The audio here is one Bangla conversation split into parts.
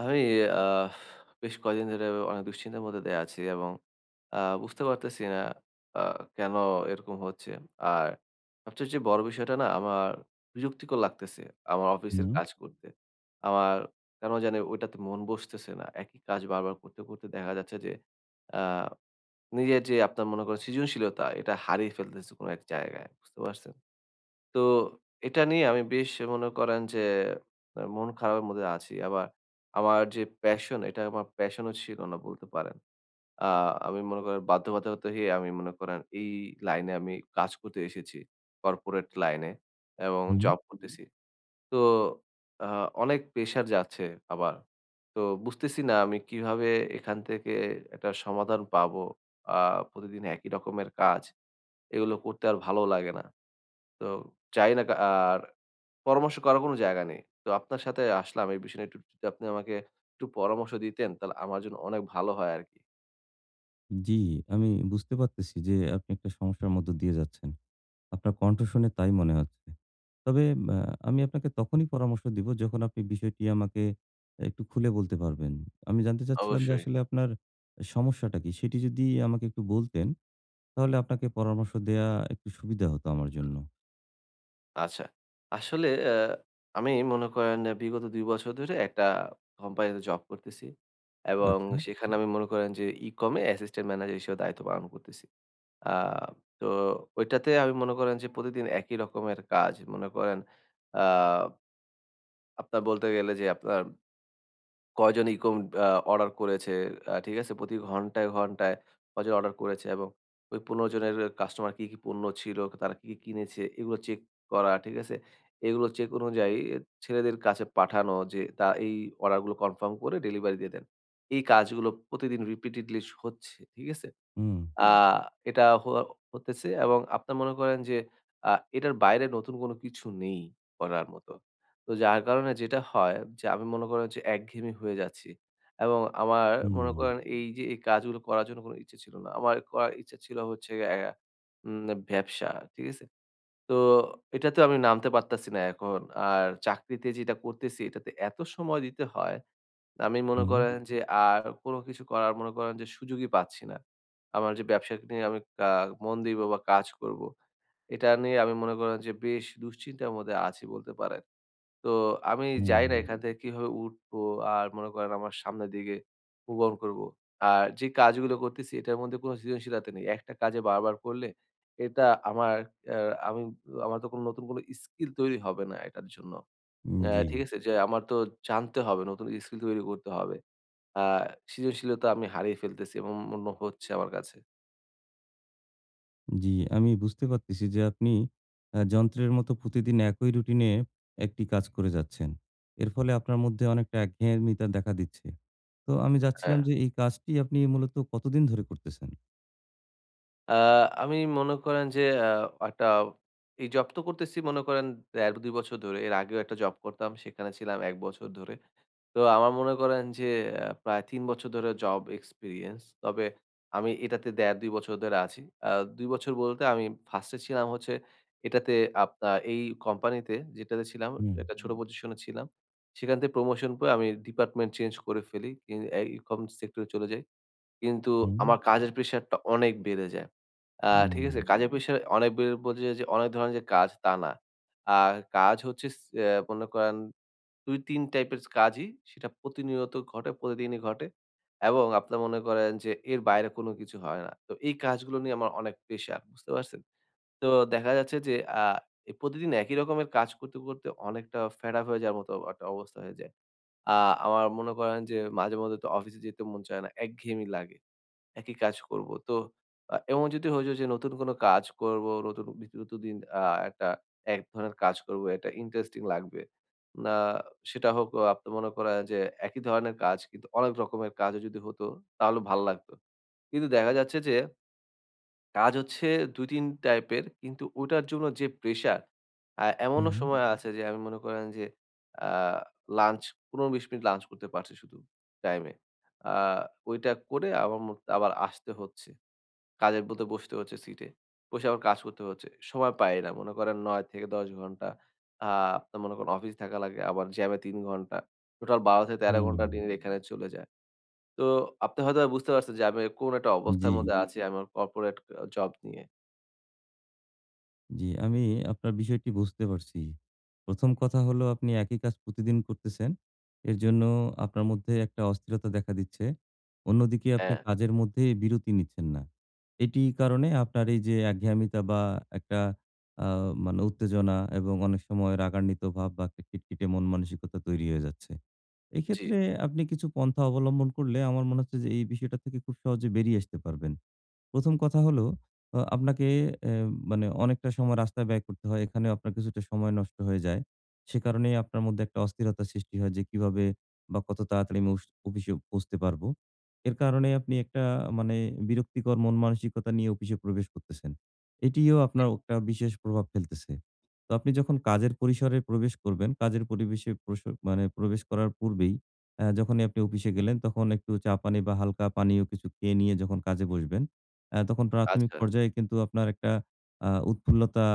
আমি আহ, বেশ কয়দিন ধরে অনেক দুশ্চিন্তার মধ্যে দিয়ে আছি, এবং বুঝতে পারতেছি না কেন এরকম হচ্ছে। আর সবচেয়ে যে বড় বিষয়টা না, আমার বিরক্তিকর লাগতেছে আমার অফিসের হুম, কাজ করতে। আমার কেন জানি ওইটাতে মন বসতেছে না, একই কাজ বারবার করতে করতে দেখা যাচ্ছে যে আহ, নিজের যে আপনার মনে করেন সৃজনশীলতা, এটা হারিয়ে ফেলতেছে কোনো এক জায়গায়, বুঝতে পারছেন? তো এটা নিয়ে আমি বেশ মনে করেন যে মন খারাপের মধ্যে আছি। আবার আমার যে প্যাশন, এটা আমার প্যাশনও ছিল না বলতে পারেন। আ আমি মনে করেন বাধ্যবাধকতা হয়ে আমি মনে করেন এই লাইনে আমি কাজ করতে এসেছি। কর্পোরেট লাইনে এবং হুম। জব করতেছি। তো আ অনেক প্রেশার যাচ্ছে আবার। তো বুঝতেছি না আমি কিভাবে এখান থেকে একটা সমাধান পাবো। আ প্রতিদিন একই রকমের কাজ। এগুলো করতে আর ভালো লাগে না। তো চাই না আর পরামর্শ করার কোনো জায়গা নেই। তো আপনার সাথে আসলাম এই বিষয় নিয়ে, একটু যদি আপনি আমাকে একটু পরামর্শ দিতেন, তাহলে আমার জন্য অনেক ভালো হয় আরকি। জি, আমি বুঝতে পারতেছি যে আপনি একটা সমস্যার মধ্য দিয়ে যাচ্ছেন। আপনার কণ্ঠ শুনে তাই মনে হচ্ছে। তবে আ আমি আপনাকে তখনই পরামর্শ দিব যখন আপনি বিষয়টি আমাকে একটু খুলে বলতে পারবেন। আমি জানতে চাচ্ছিলাম যে অবশ্যই। আসলে আপনার সমস্যাটা কি? সেটি যদি আমাকে একটু বলতেন, তাহলে আপনাকে পরামর্শ দেয়া একটু সুবিধা হতো আমার জন্য। আচ্ছা। আসলে আমি মনে করেন বিগত ২ বছর ধরে একটা কোম্পানিতে জব করতেছি, এবং আচ্ছা। সেখানে আমি মনে করেন যে ই-কম এ অ্যাসিস্ট্যান্ট ম্যানেজার হিসেবে দায়িত্ব পালন করতেছি। আ তো ওইটাতে আমি মনে করেন যে প্রতিদিন একই রকমের কাজ। মনে করেন আ আপনার বলতে গেলে যে আপনার কয়জন এরকম আ অর্ডার করেছে, ঠিক আছে? প্রতি ঘন্টায়, ঘন্টায় কয়জন অর্ডার করেছে, এবং ওই ১৫ জনের কাস্টমার কি, কি পণ্য ছিল, তারা কি, কি কিনেছে, এগুলো চেক করা, ঠিক আছে? এগুলো চেক অনুযায়ী ছেলেদের কাছে পাঠানো যে তা এই অর্ডারগুলো কনফার্ম করে ডেলিভারি দিয়ে দেন। এই কাজগুলো প্রতিদিন রিপিটেডলি হচ্ছে, ঠিক আছে? হুম, আ এটা হওয়া হতেছে, এবং আপনার মনে করেন যে আ এটার বাইরে নতুন কোনো কিছু নেই করার মতো। তো যার কারণে যেটা হয় যে আমি মনে করেন যে একঘেয়েমি হয়ে যাচ্ছি, এবং আমার হুম, মনে করেন এই যে এই কাজগুলো করার জন্য কোনো ইচ্ছে ছিল না। আমার করার ইচ্ছা ছিল হচ্ছে উম ব্যবসা, ঠিক আছে? তো এটাতেও আমি নামতে পারতাছি না এখন। আর চাকরিতে যেটা করতেছি এটাতে এত সময় দিতে হয়, আমি মনে হুম, করেন যে আর কোন কিছু করার মনে করেন যে সুযোগই পাচ্ছি না। আমার যে ব্যবসা নিয়ে আমি আ মন দিব বা কাজ করব, এটা নিয়ে আমি মনে করেন যে বেশ দুশ্চিন্তার মধ্যে আছি বলতে পারেন। তো আমি জানি না এখান থেকে কিভাবে উঠবো আর মনে করেন আমার সামনের দিকে move on করব। আর যে কাজগুলো করতেছি এটার মধ্যে কোন সৃজনশীলতা নেই। একটা কাজে বারবার করলে এটা আমার, আ আমি আমার তো কোন নতুন কোন স্কিল তৈরি হবে না এটার জন্য। হুম, জি। হুম। ঠিক আছে? যে আমার তো জানতে হবে, নতুন স্কিল তৈরি করতে হবে। আ সৃজনশীলতা আমি হারিয়ে ফেলতেছি, এবং মনে হচ্ছে আমার কাছে। জি, আমি বুঝতে পারতেছি যে আপনি যন্ত্রের মতো প্রতিদিন একই রুটিনে একটি কাজ করে যাচ্ছেন। এর ফলে আপনার মধ্যে অনেকটা একঘেয়েমিতা দেখা দিচ্ছে। তো আমি চাচ্ছিলাম হ্যাঁ। যে এই কাজটি আপনি মূলত কতদিন ধরে করতেছেন? আ আমি মনে করেন যে আ একটা এই জব তো করতেছি মনে করেন ১.৫ ২ বছর ধরে। এর আগেও একটা জব করতাম, সেখানে ছিলাম ১ বছর ধরে। তো আমার মনে করেন যে প্রায় ৩ বছর ধরে জব এক্সপেরিয়েন্স। তবে আমি এটাতে ১.৫-২ বছর ধরে আছি। আ ২ বছর বলতে আমি 1st এ ছিলাম, হচ্ছে এটাতে আপনার এই কোম্পানিতে, যেটাতে ছিলাম হুম, একটা ছোট পজিশনে ছিলাম। সেখান থেকে প্রমোশন পেয়ে আমি ডিপার্টমেন্ট চেঞ্জ করে ফেলি। এই কম সেক্টরে চলে যাই। কিন্তু হুম, আমার কাজের প্রেশারটা অনেক বেড়ে যায়। ঠিক হুম, আছে? হুম। কাজের প্রেশার অনেক বেড়ে বলতে যে অনেক ধরনের যে কাজ, তা না। আর কাজ হচ্ছে স অ্যা মনে করেন ২-৩ টাইপের কাজই, সেটা প্রতিনিয়ত ঘটে, প্রতিদিনই ঘটে, এবং আপনার মনে করেন যে এর বাইরে কোনো কিছু হয় না। তো এই কাজগুলো নিয়ে আমার অনেক প্রেশার, বুঝতে পারছেন? তো দেখা যাচ্ছে যে আ এ প্রতিদিন একই রকমের কাজ করতে, করতে অনেকটা ফেড আপ হয়ে যাওয়ার মতো একটা অবস্থা হয়ে যায়। আ আমার মনে করেন যে মাঝে মধ্যে তো অফিসে যেতে মন চায় না, একঘেয়েমি লাগে। একই কাজ করব। তো এবং যদি হইল যে নতুন কোন কাজ করব, নতুন নতুন আ একটা এক ধরনের কাজ করব, এটা ইন্টারেস্টিং লাগবে। না, সেটা হোক আপনি মনে করেন যে একই ধরনের কাজ, কিন্তু অনেক রকমের কাজও যদি হতো তাহলে ভাল লাগতো। কিন্তু দেখা যাচ্ছে যে কাজ হচ্ছে ২-৩ টাইপের, কিন্তু ওটার জন্য যে প্রেশার, এমনও সময় আছে যে আমি মনে করেন যে আ লাঞ্চ ১৫-২০ মিনিট লাঞ্চ করতে পারছি শুধু টাইমে। আ ওইটা করে আমার আবার আসতে হচ্ছে। কাজের মধ্যে বসতে হচ্ছে সিটে। বসে আবার কাজ করতে হচ্ছে। সময় পাই না। মনে করেন ৯-১০ ঘন্টা আ আপনার মনে করেন অফিস থাকা লাগে। আবার জ্যামে ৩ ঘন্টা। টোটাল হুম, ১২-১৩ ঘন্টা হুম। দিনের এখানে চলে যায়। তো আপনি হয়তোবা বুঝতে পারছেন যে আমি কোন একটা জি। অবস্থার মধ্যে আছি, আমার কর্পোরেট জব নিয়ে। জি, আমি আপনার বিষয়টি বুঝতে পারছি। ১ম কথা হলো আপনি একই কাজ প্রতিদিন করতেছেন। এর জন্য আপনার মধ্যে একটা অস্থিরতা দেখা দিচ্ছে। অন্যদিকে আপনি হ্যাঁ, কাজের মধ্যে বিরতি নিচ্ছেন না। এটি কারণে আপনার এই যে একঘেয়ামিতা বা একটা আ মানে উত্তেজনা এবং অনেক সময় রাগান্বিত ভাব বা একটা খিটখিটে মন মানসিকতা তৈরি হয়ে যাচ্ছে। জি। এক্ষেত্রে আপনি কিছু পন্থা অবলম্বন করলে আমার মনে হচ্ছে যে এই বিষয়টা থেকে খুব সহজে বেরিয়ে আসতে পারবেন। ১ম কথা হলো আপনাকে অ্যা মানে অনেকটা সময় রাস্তায় ব্যয় করতে হয়। এখানেও আপনার কিছুটা সময় নষ্ট হয়ে যায়। সে কারণেই আপনার মধ্যে একটা অস্থিরতার সৃষ্টি হয় যে কিভাবে বা কত তাড়াতাড়ি আমি অফিসে পৌঁছতে পারবো। এর কারণে আপনি একটা মানে বিরক্তিকর মন মানসিকতা নিয়ে অফিসে প্রবেশ করতেছেন। এটিও আপনার একটা বিশেষ প্রভাব ফেলতেছে। তো আপনি যখন কাজের পরিসরে প্রবেশ করবেন, কাজের পরিবেশে প্রস মানে প্রবেশ করার পূর্বেই যখনই আপনি অফিসে গেলেন তখন একটু চা পানি বা হালকা পানীয় কিছু খেয়ে নিয়ে যখন কাজে বসবেন তখন প্রাথমিক আচ্ছা। পর্যায়ে কিন্তু আপনার একটা উৎফুল্লতা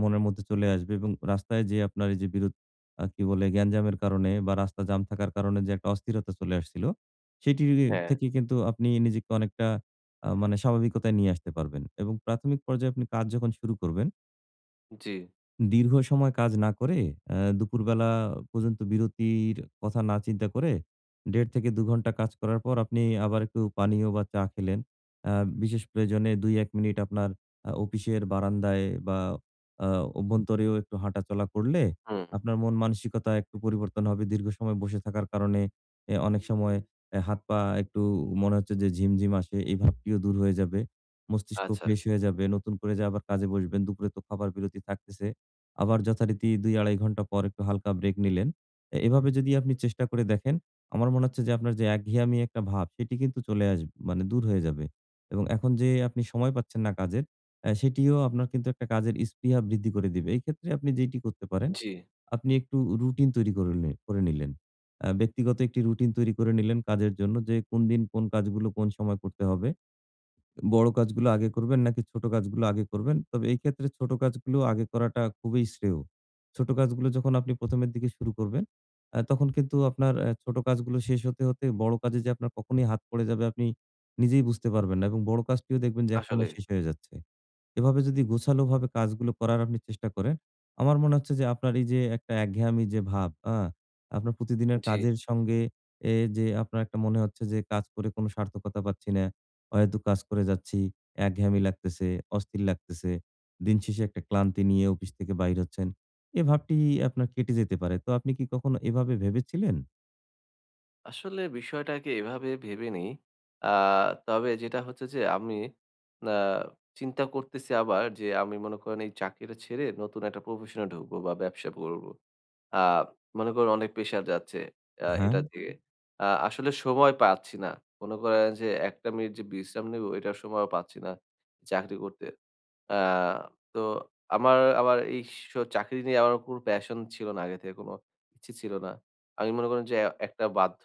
মনের মধ্যে চলে আসবে এবং রাস্তায় যে আপনার এই যে বিরোধ আ কি বলে গ্যাঞ্জামের কারণে বা রাস্তা জ্যাম থাকার কারণে যে একটা অস্থিরতা চলে আসছিল, সেটি হ্যাঁ, থেকে কিন্তু আপনি নিজেকে অনেকটা মানে স্বাভাবিকতায় নিয়ে আসতে পারবেন এবং প্রাথমিক পর্যায়ে আপনি কাজ যখন শুরু করবেন জি। দীর্ঘ সময় কাজ না করে দুপুরবেলা পর্যন্ত বিরতির কথা না চিন্তা করে ১.৫ থেকে ২ ঘন্টা কাজ করার পর আপনি আবার একটু পানীয় বা চা খেলেন। আ বিশেষ প্রয়োজনে ২-১ মিনিট আপনার অফিসের বারান্দায় বা আ অভ্যন্তরেও একটু হাঁটাচলা করলে হুম, আপনার মন মানসিকতা একটু পরিবর্তন হবে। দীর্ঘ সময় বসে থাকার কারণে অনেক সময় হাত-পা একটু মনে হচ্ছে যে ঝিমঝিম আসে, এই ভাবটিও দূর হয়ে যাবে। মস্তিষ্ক আচ্ছা। ফ্রেশ হয়ে যাবে। নতুন করে যে আবার কাজে বসবেন। দুপুরে তো খাবার বিরতি থাকতেছে। আবার যথারীতি ২-২.৫ ঘন্টা পর একটু হালকা ব্রেক নিলেন। এভাবে যদি আপনি চেষ্টা করে দেখেন, আমার মনে হচ্ছে যে আপনার যে একঘেয়ামি একটা ভাব সেটি কিন্তু চলে আস মানে দূর হয়ে যাবে। এবং এখন যে আপনি সময় পাচ্ছেন না কাজের, সেটিও আপনার কিন্তু একটা কাজের স্পৃহা বৃদ্ধি করে দিবে। এই ক্ষেত্রে আপনি যেটি করতে পারেন, জি, আপনি একটু রুটিন তৈরি করে নি করে নিলেন। ব্যক্তিগত একটি রুটিন তৈরি করে নিলেন কাজের জন্য যে কোন দিন কোন কাজগুলো কোন সময় করতে হবে। বড় কাজগুলো আগে করবেন নাকি ছোট কাজগুলো আগে করবেন? তবে এই ক্ষেত্রে ছোট কাজগুলো আগে করাটা খুবই শ্রেয়। ছোট কাজগুলো যখন আপনি প্রথম এর দিকে শুরু করবেন, তখন কিন্তু আপনার ছোট কাজগুলো শেষ হতে হতে বড় কাজে যে আপনার কখনই হাত পড়ে যাবে আপনি নিজেই বুঝতে পারবেন না এবং বড় কাজটিও দেখবেন যে আসলে একসময় শেষ হয়ে যাচ্ছে। এভাবে যদি গোছালোভাবে কাজগুলো করার আপনি চেষ্টা করেন, আমার মনে হচ্ছে যে আপনার এই যে একটা একঘেয়ামি যে ভাব, আ আপনার প্রতিদিনের জি। কাজের সঙ্গে যে আপনার একটা মনে হচ্ছে যে কাজ করে কোনো সার্থকতা পাচ্ছি না, অহেতুক কাজ করে যাচ্ছি, একঘেয়ামি লাগতেছে, অস্থির লাগতেছে। দিন শেষে একটা ক্লান্তি নিয়ে অফিস থেকে বাইর হচ্ছেন। ভাবটি আপনার কেটে যেতে পারে। তো আপনি কি কখনো এভাবে ভেবেছিলেন? আসলে বিষয়টাকে এভাবে ভেবে নেই। আ তবে যেটা হচ্ছে যে আমি আ চিন্তা করতেছি আবার যে আমি মনে করেন এই চাকরিটা ছেড়ে নতুন একটা প্রফেশন এ ঢুকবো বা ব্যবসা করব। আ মনে করেন অনেক প্রেশার যাচ্ছে হ্যাঁ। এটা দিয়ে। আসলে সময় পাচ্ছি না। মনে করেন যে ১ টা মিনিট যে বিশ্রাম নেব, এটার সময়ও পাচ্ছি না চাকরি করতে। আ তো আমার আবার এই চাকরি নিয়ে আমার কোনো প্যাশন ছিল না, আগে থেকে কোনো ইচ্ছে ছিল না। আমি মনে করেন যে একটা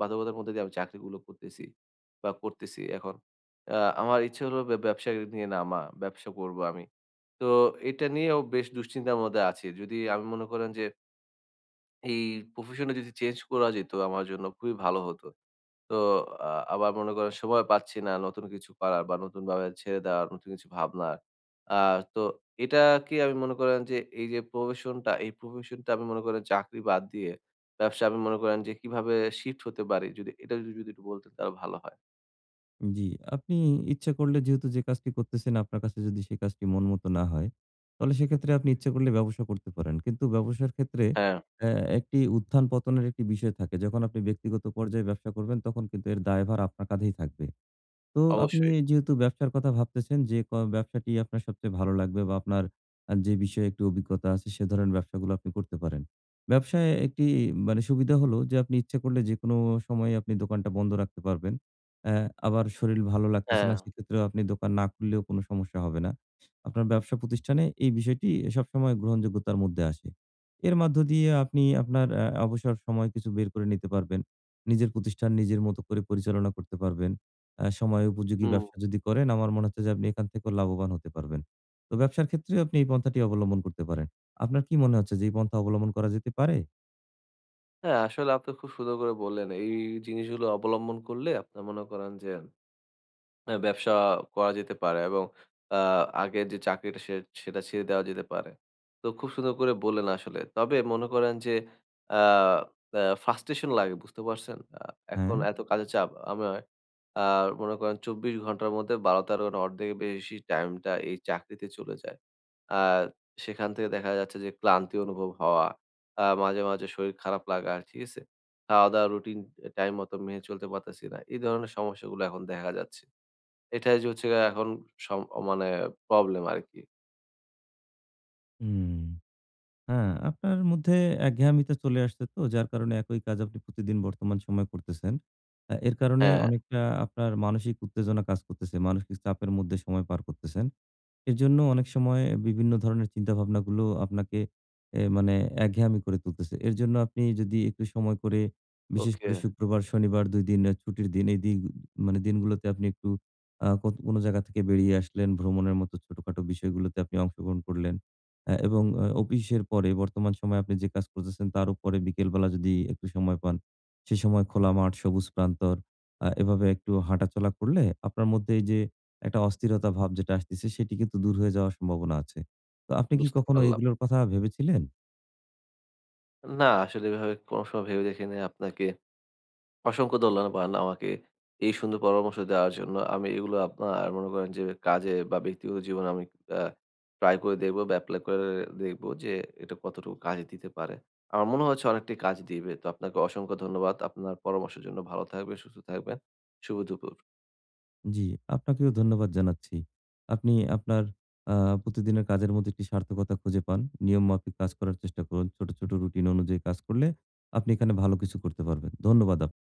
বাধ্যকতার মধ্যে দিয়ে আমি চাকরিগুলো করতেছি বা করতেছি এখন। আ আমার ইচ্ছে হলো ব্যবসা নিয়ে নামা, ব্যবসা করব আমি। তো এটা নিয়েও বেশ দুশ্চিন্তার মধ্যে আছি। যদি আমি মনে করেন যে এই প্রফেশন টা যদি চেঞ্জ করা যেত, আমার জন্য খুবই ভালো হতো। তো আ আবার মনে করেন সময় পাচ্ছি না নতুন কিছু করার বা নতুনভাবে ছেড়ে দেওয়ার, নতুন কিছু ভাবনার। আ তো এটা কি আমি মনে করেন যে, এই যে প্রফেশনটা, এই প্রফেশনটা আমি মনে করেন চাকরি বাদ দিয়ে ব্যবসা, আমি মনে করেন যে কিভাবে শিফট হতে পারি? যদি এটা যদি যদি একটু বলতেন তাহলে ভালো হয়। জি, আপনি ইচ্ছা করলে যেহেতু যে কাজটি করতেছেন আপনার কাছে যদি সেই কাজটি মন মতো না হয়, তাহলে সেক্ষেত্রে আপনি ইচ্ছা করলে ব্যবসা করতে পারেন। কিন্তু ব্যবসার ক্ষেত্রে হ্যাঁ, অ্যা একটি উত্থান পতনের একটি বিষয় থাকে। যখন আপনি ব্যক্তিগত পর্যায়ে ব্যবসা করবেন তখন কিন্তু এর দায়ভার আপনার কাঁধেই থাকবে। তো আপনি অবশ্যই। যেহেতু ব্যবসার কথা ভাবতেছেন যে ব্যবসাটি আপনার সবচেয়ে ভালো লাগবে বা আপনার যে বিষয়ে একটু অভিজ্ঞতা আছে সে ধরনের ব্যবসাগুলো আপনি করতে পারেন। ব্যবসায় একটি মানে সুবিধা হলো যে আপনি ইচ্ছে করলে যেকোনো সময়ে আপনি দোকানটা বন্ধ রাখতে পারবেন। অ্যা আবার শরীর ভালো লাগতেছে হ্যাঁ, না সেক্ষেত্রেও আপনি দোকান না খুললেও কোনো সমস্যা হবে না। আপনার ব্যবসা প্রতিষ্ঠানে এই বিষয়টি সবসময় গ্রহণযোগ্যতার মধ্যে আসে। এর মধ্য দিয়ে আপনি আপনার অবসর সময় কিছু বের করে নিতে পারবেন। নিজের প্রতিষ্ঠান নিজের মতো করে পরিচালনা করতে পারবেন। সময় উপযোগী হুম। ব্যবসা যদি করেন, আমার মনে হচ্ছে যে আপনি এখান থেকেও লাভবান হতে পারবেন। তো ব্যবসার ক্ষেত্রেও আপনি এই পন্থাটি অবলম্বন করতে পারেন। আপনার কি মনে হচ্ছে যে এই পন্থা অবলম্বন করা যেতে পারে? হ্যাঁ, আসলে আপনি খুব সুন্দর করে বললেন। এই জিনিসগুলো অবলম্বন করলে আপনার মনে করেন যে ব্যবসা করা যেতে পারে, এবং আ আগের যে চাকরিটা সেটা ছেড়ে দেওয়া যেতে পারে। তো খুব সুন্দর করে বললেন আসলে। তবে মনে করেন যে আ অ্যা frustration লাগে, বুঝতে পারছেন? হ্যাঁ? এখন এত কাজের চাপ আমার, আ মনে করেন ২৪ ঘন্টার মধ্যে ১২-১৩ ঘন্টা, অর্ধেকের বেশি টাইমটা এই চাকরিতে চলে যায়। আর সেখান থেকে দেখা যাচ্ছে যে ক্লান্তি অনুভব হওয়া, মাঝে, মাঝে শরীর খারাপ লাগা, ঠিক আছে? খাওয়া-দাওয়া রুটিন টাইম মতো মেনে চলতে পারতেছি না। এই ধরনের সমস্যাগুলো এখন দেখা যাচ্ছে। এটাই যে হচ্ছে গিয়ে এখন সম মানে প্রবলেম আরকি। হুম। হ্যাঁ, আপনার মধ্যে একঘেয়ামিতা চলে আসছে তো যার কারণে একই কাজ আপনি প্রতিদিন বর্তমান সময়ে করতেছেন। এর কারণে হ্যাঁ, অনেকটা আপনার মানসিক উত্তেজনা কাজ করতেছে। মানসিক চাপের মধ্যে সময় পার করতেছেন। এর জন্য অনেক সময় বিভিন্ন ধরনের চিন্তাভাবনাগুলো আপনাকে মানে একঘেয়ামি করে তুলতেছে। এর জন্য আপনি যদি একটু সময় করে, বিশেষ ওকে, করে শুক্রবার, শনিবার ২ দিন ছুটির দিন, এই দিন মানে দিনগুলোতে আপনি একটু আ কত কোনো জায়গা থেকে বেরিয়ে আসলেন, ভ্রমণের মতো ছোটখাটো বিষয়গুলোতে আপনি অংশগ্রহণ করলেন। এবং অফিসের পরে বর্তমান সময়ে আপনি যে কাজ করতেছেন, তার উপরে বিকেলবেলা যদি একটু সময় পান, সে সময় খোলা মাঠ, সবুজ প্রান্তর এভাবে একটু হাঁটাচলা করলে আপনার মধ্যে এই যে একটা অস্থিরতা ভাব যেটা আসতেছে সেটি কিন্তু দূর হয়ে যাওয়ার সম্ভাবনা আছে। তো আপনি কি বুঝতে কখনো পারলাম। এগুলোর কথা ভেবেছিলেন? না, আসলে এভাবে কোনো সময় ভেবে দেখিনি। আপনাকে অসংখ্য ধন্যবাদ আমাকে এই সুন্দর পরামর্শ দেওয়ার জন্য। আমি এগুলো আপনার মনে করেন যে কাজে বা ব্যক্তিগত জীবনে আমি আ ট্রাই করে দেখব বা এপ্লাই করে দেখব যে এটা কতটুকু কাজে দিতে পারে। আমার মনে হচ্ছে অনেকটাই কাজ দিবে। তো আপনাকে অসংখ্য ধন্যবাদ আপনার পরামর্শের জন্য। ভালো থাকবেন, সুস্থ থাকবেন। শুভ দুপুর। জি, আপনাকেও ধন্যবাদ জানাচ্ছি। আপনি আপনার আ প্রতিদিনের কাজের মধ্যে একটি সার্থকতা খুঁজে পান। নিয়মমাফিক কাজ করার চেষ্টা করুন। ছোট, ছোট রুটিন অনুযায়ী কাজ করলে আপনি এখানে ভালো কিছু করতে পারবেন। ধন্যবাদ আপ